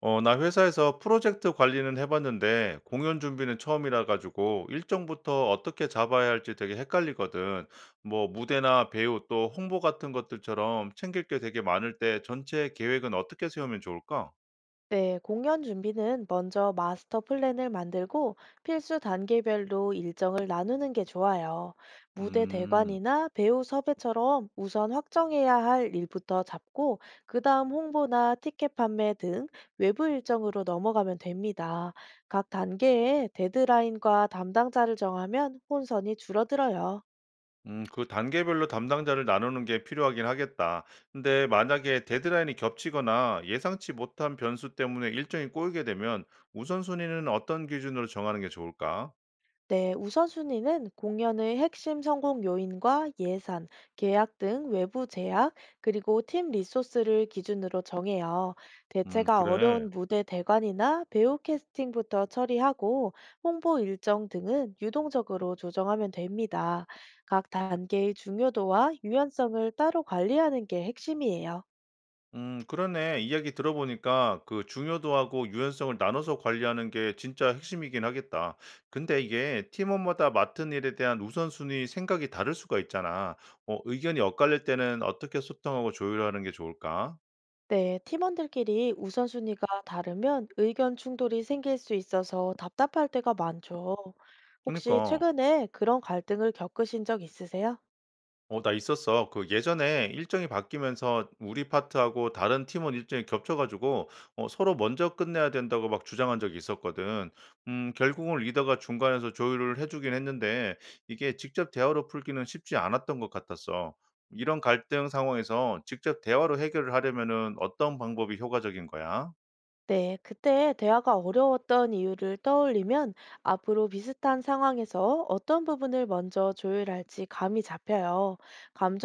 나 회사에서 프로젝트 관리는 해봤는데 공연 준비는 처음이라 가지고 일정부터 어떻게 잡아야 할지 되게 헷갈리거든. 뭐 무대나 배우 또 홍보 같은 것들처럼 챙길 게 되게 많을 때 전체 계획은 어떻게 세우면 좋을까? 네, 공연 준비는 먼저 마스터 플랜을 만들고 필수 단계별로 일정을 나누는 게 좋아요. 무대 음. 대관이나 배우 섭외처럼 우선 확정해야 할 일부터 잡고, 그 다음 홍보나 티켓 판매 등 외부 일정으로 넘어가면 됩니다. 각 단계에 데드라인과 담당자를 정하면 혼선이 줄어들어요. 그 단계별로 담당자를 나누는 게 필요하긴 하겠다. 근데 만약에 데드라인이 겹치거나 예상치 못한 변수 때문에 일정이 꼬이게 되면 우선순위는 어떤 기준으로 정하는 게 좋을까? 네, 우선순위는 공연의 핵심 성공 요인과 예산, 계약 등 외부 제약, 그리고 팀 리소스를 기준으로 정해요. 대체가 그래. 어려운 무대 대관이나 배우 캐스팅부터 처리하고 홍보 일정 등은 유동적으로 조정하면 됩니다. 각 단계의 중요도와 유연성을 따로 관리하는 게 핵심이에요. 그러네. 이야기 들어보니까 그 중요도하고 유연성을 나눠서 관리하는 게 진짜 핵심이긴 하겠다. 근데 이게 팀원마다 맡은 일에 대한 우선순위 생각이 다를 수가 있잖아. 의견이 엇갈릴 때는 어떻게 소통하고 조율하는 게 좋을까? 네, 팀원들끼리 우선순위가 다르면 의견 충돌이 생길 수 있어서 답답할 때가 많죠. 혹시 그니까. 최근에 그런 갈등을 겪으신 적 있으세요? 나 있었어. 그 예전에 일정이 바뀌면서 우리 파트하고 다른 팀원 일정이 겹쳐가지고 서로 먼저 끝내야 된다고 막 주장한 적이 있었거든. 결국은 리더가 중간에서 조율을 해주긴 했는데 이게 직접 대화로 풀기는 쉽지 않았던 것 같았어. 이런 갈등 상황에서 직접 대화로 해결을 하려면은 어떤 방법이 효과적인 거야? 네, 그때 대화가 어려웠던 이유를 떠올리면 앞으로 비슷한 상황에서 어떤 부분을 먼저 조율할지 감이 잡혀요.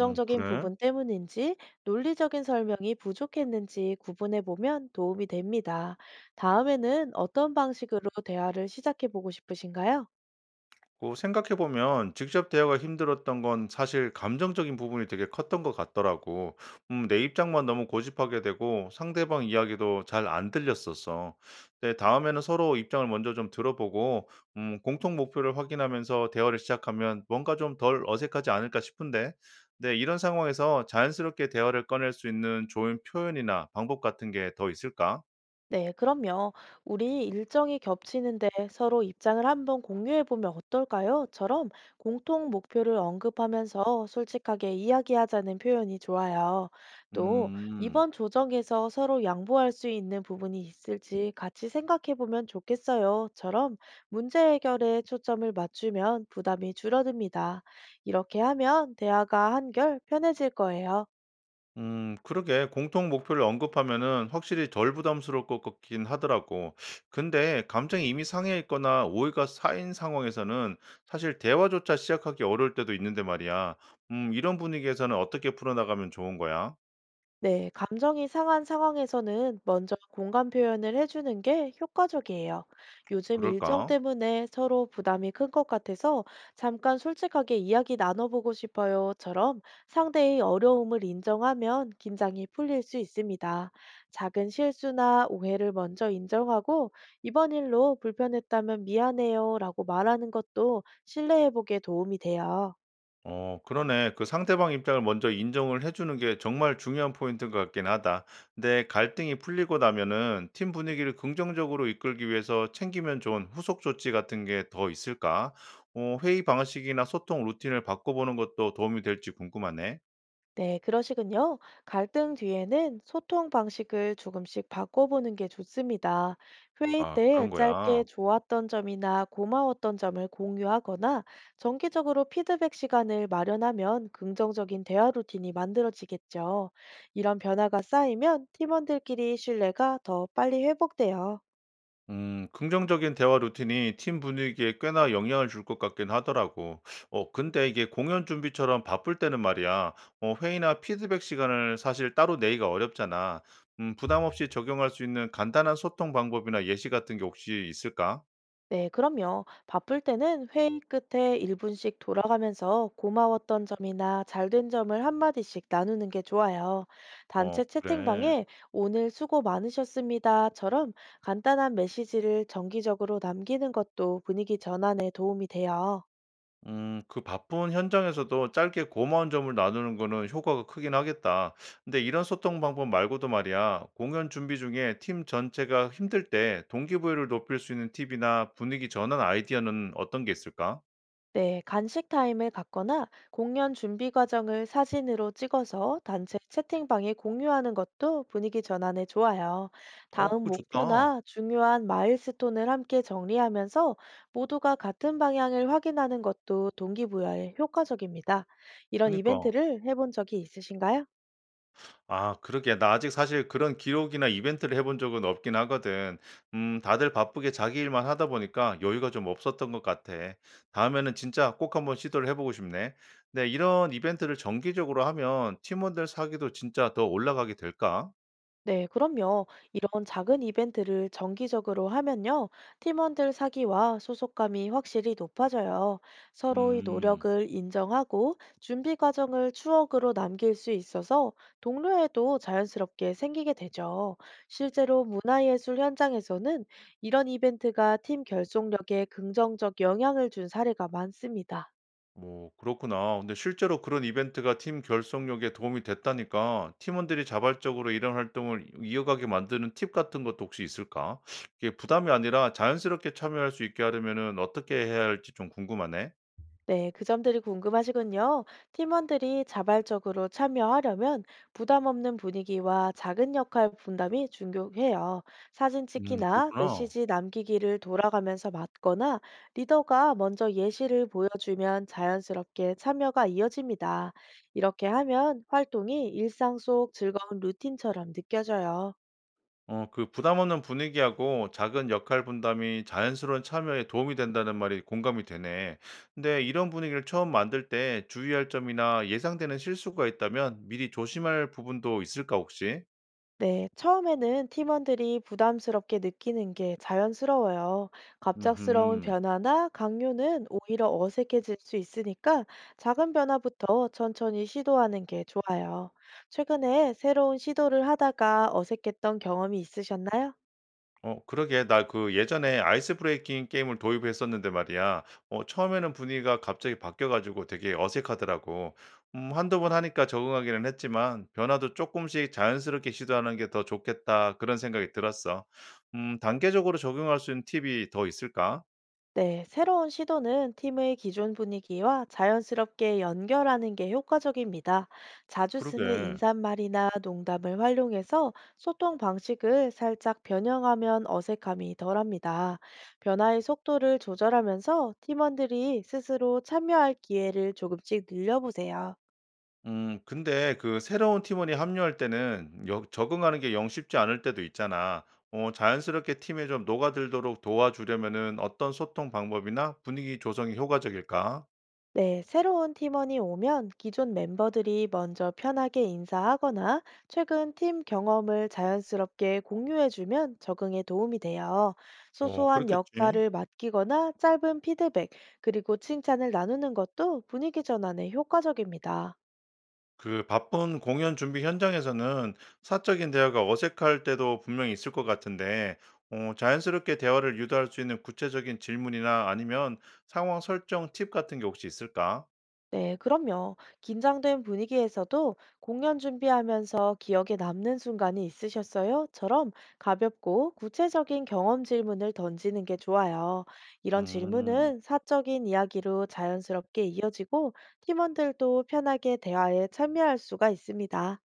그래? 부분 때문인지 논리적인 설명이 부족했는지 구분해 보면 도움이 됩니다. 다음에는 어떤 방식으로 대화를 시작해 보고 싶으신가요? 그 생각해보면 직접 대화가 힘들었던 건 사실 감정적인 부분이 되게 컸던 것 같더라고. 내 입장만 너무 고집하게 되고 상대방 이야기도 잘 안 들렸었어. 근데 다음에는 서로 입장을 먼저 좀 들어보고 공통 목표를 확인하면서 대화를 시작하면 뭔가 좀 덜 어색하지 않을까 싶은데. 네, 이런 상황에서 자연스럽게 대화를 꺼낼 수 있는 좋은 표현이나 방법 같은 게 더 있을까? 네, 그럼요. "우리 일정이 겹치는데 서로 입장을 한번 공유해보면 어떨까요? 처럼 공통 목표를 언급하면서 솔직하게 이야기하자는 표현이 좋아요. 또, 음. "이번 조정에서 서로 양보할 수 있는 부분이 있을지 같이 생각해보면 좋겠어요. 처럼 문제 해결에 초점을 맞추면 부담이 줄어듭니다. 이렇게 하면 대화가 한결 편해질 거예요. 그러게. 공통 목표를 언급하면은 확실히 덜 부담스러울 것 같긴 하더라고. 근데 감정이 이미 상해 있거나 오해가 쌓인 상황에서는 사실 대화조차 시작하기 어려울 때도 있는데 말이야. 이런 분위기에서는 어떻게 풀어나가면 좋은 거야? 네, 감정이 상한 상황에서는 먼저 공감 표현을 해주는 게 효과적이에요. "요즘 일정 그럴까? 때문에 서로 부담이 큰 것 같아서 잠깐 솔직하게 이야기 나눠보고 싶어요처럼 상대의 어려움을 인정하면 긴장이 풀릴 수 있습니다. 작은 실수나 오해를 먼저 인정하고 "이번 일로 불편했다면 미안해요라고 말하는 것도 신뢰 회복에 도움이 돼요. 그러네. 그 상대방 입장을 먼저 인정을 해주는 게 정말 중요한 포인트인 것 같긴 하다. 근데 갈등이 풀리고 나면은 팀 분위기를 긍정적으로 이끌기 위해서 챙기면 좋은 후속 조치 같은 게 더 있을까? 회의 방식이나 소통 루틴을 바꿔보는 것도 도움이 될지 궁금하네. 네, 그러시군요. 갈등 뒤에는 소통 방식을 조금씩 바꿔보는 게 좋습니다. 회의 아, 때 그런 짧게 거야. 좋았던 점이나 고마웠던 점을 공유하거나 정기적으로 피드백 시간을 마련하면 긍정적인 대화 루틴이 만들어지겠죠. 이런 변화가 쌓이면 팀원들끼리 신뢰가 더 빨리 회복돼요. 긍정적인 대화 루틴이 팀 분위기에 꽤나 영향을 줄 것 같긴 하더라고. 근데 이게 공연 준비처럼 바쁠 때는 말이야. 회의나 피드백 시간을 사실 따로 내기가 어렵잖아. 부담 없이 적용할 수 있는 간단한 소통 방법이나 예시 같은 게 혹시 있을까? 네, 그럼요. 바쁠 때는 회의 끝에 1분씩 돌아가면서 고마웠던 점이나 잘된 점을 한마디씩 나누는 게 좋아요. 어, 단체 그래. 채팅방에 "오늘 수고 많으셨습니다처럼 간단한 메시지를 정기적으로 남기는 것도 분위기 전환에 도움이 돼요. 그 바쁜 현장에서도 짧게 고마운 점을 나누는 거는 효과가 크긴 하겠다. 근데 이런 소통 방법 말고도 말이야, 공연 준비 중에 팀 전체가 힘들 때 동기부여를 높일 수 있는 팁이나 분위기 전환 아이디어는 어떤 게 있을까? 네, 간식 타임을 갖거나 공연 준비 과정을 사진으로 찍어서 단체 채팅방에 공유하는 것도 분위기 전환에 좋아요. 어, 다음 그거 좋다. 목표나 중요한 마일스톤을 함께 정리하면서 모두가 같은 방향을 확인하는 것도 동기부여에 효과적입니다. 이런 그니까. 이벤트를 해본 적이 있으신가요? 아, 그러게. 나 아직 사실 그런 기록이나 이벤트를 해본 적은 없긴 하거든. 다들 바쁘게 자기 일만 하다 보니까 여유가 좀 없었던 것 같아. 다음에는 진짜 꼭 한번 시도를 해 보고 싶네. 네, 이런 이벤트를 정기적으로 하면 팀원들 사기도 진짜 더 올라가게 될까? 네, 그럼요. 이런 작은 이벤트를 정기적으로 하면요. 팀원들 사기와 소속감이 확실히 높아져요. 서로의 음. 노력을 인정하고 준비 과정을 추억으로 남길 수 있어서 동료애도 자연스럽게 생기게 되죠. 실제로 문화예술 현장에서는 이런 이벤트가 팀 결속력에 긍정적 영향을 준 사례가 많습니다. 뭐 그렇구나. 근데 실제로 그런 이벤트가 팀 결속력에 도움이 됐다니까 팀원들이 자발적으로 이런 활동을 이어가게 만드는 팁 같은 것도 혹시 있을까? 이게 부담이 아니라 자연스럽게 참여할 수 있게 하려면은 어떻게 해야 할지 좀 궁금하네. 네, 그 점들이 궁금하시군요. 팀원들이 자발적으로 참여하려면 부담 없는 분위기와 작은 역할 분담이 중요해요. 사진 찍기나 그렇구나. 메시지 남기기를 돌아가면서 맡거나 리더가 먼저 예시를 보여주면 자연스럽게 참여가 이어집니다. 이렇게 하면 활동이 일상 속 즐거운 루틴처럼 느껴져요. 그 부담 없는 분위기하고 작은 역할 분담이 자연스러운 참여에 도움이 된다는 말이 공감이 되네. 근데 이런 분위기를 처음 만들 때 주의할 점이나 예상되는 실수가 있다면 미리 조심할 부분도 있을까, 혹시? 네, 처음에는 팀원들이 부담스럽게 느끼는 게 자연스러워요. 갑작스러운 음. 변화나 강요는 오히려 어색해질 수 있으니까 작은 변화부터 천천히 시도하는 게 좋아요. 최근에 새로운 시도를 하다가 어색했던 경험이 있으셨나요? 그러게. 나 그 예전에 아이스 브레이킹 게임을 도입했었는데 말이야. 처음에는 분위기가 갑자기 바뀌어 가지고 되게 어색하더라고. 두번 하니까 적응하기는 했지만 '변화도 조금씩 자연스럽게 시도하는 게 더 좋겠다.' 그런 생각이 들었어. 단계적으로 적용할 수 있는 팁이 더 있을까? 네, 새로운 시도는 팀의 기존 분위기와 자연스럽게 연결하는 게 효과적입니다. 자주 그러게. 쓰는 인사말이나 농담을 활용해서 소통 방식을 살짝 변형하면 어색함이 덜합니다. 변화의 속도를 조절하면서 팀원들이 스스로 참여할 기회를 조금씩 늘려보세요. 근데 그 새로운 팀원이 합류할 때는 여 적응하는 게 영 쉽지 않을 때도 있잖아. 자연스럽게 팀에 좀 녹아들도록 도와주려면은 어떤 소통 방법이나 분위기 조성이 효과적일까? 네, 새로운 팀원이 오면 기존 멤버들이 먼저 편하게 인사하거나 최근 팀 경험을 자연스럽게 공유해주면 적응에 도움이 돼요. 어, 소소한 그렇겠지. 역할을 맡기거나 짧은 피드백, 그리고 칭찬을 나누는 것도 분위기 전환에 효과적입니다. 그 바쁜 공연 준비 현장에서는 사적인 대화가 어색할 때도 분명히 있을 것 같은데 자연스럽게 대화를 유도할 수 있는 구체적인 질문이나 아니면 상황 설정 팁 같은 게 혹시 있을까? 네, 그럼요. 긴장된 분위기에서도 "공연 준비하면서 기억에 남는 순간이 있으셨어요?"처럼 가볍고 구체적인 경험 질문을 던지는 게 좋아요. 이런 음. 질문은 사적인 이야기로 자연스럽게 이어지고 팀원들도 편하게 대화에 참여할 수가 있습니다.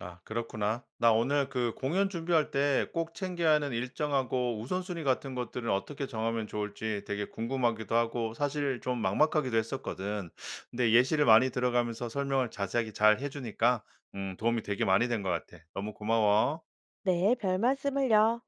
아, 그렇구나. 나 오늘 그 공연 준비할 때 꼭 챙겨야 하는 일정하고 우선순위 같은 것들은 어떻게 정하면 좋을지 되게 궁금하기도 하고 사실 좀 막막하기도 했었거든. 근데 예시를 많이 들어가면서 설명을 자세하게 잘 해주니까 도움이 되게 많이 된 것 같아. 너무 고마워. 네, 별 말씀을요.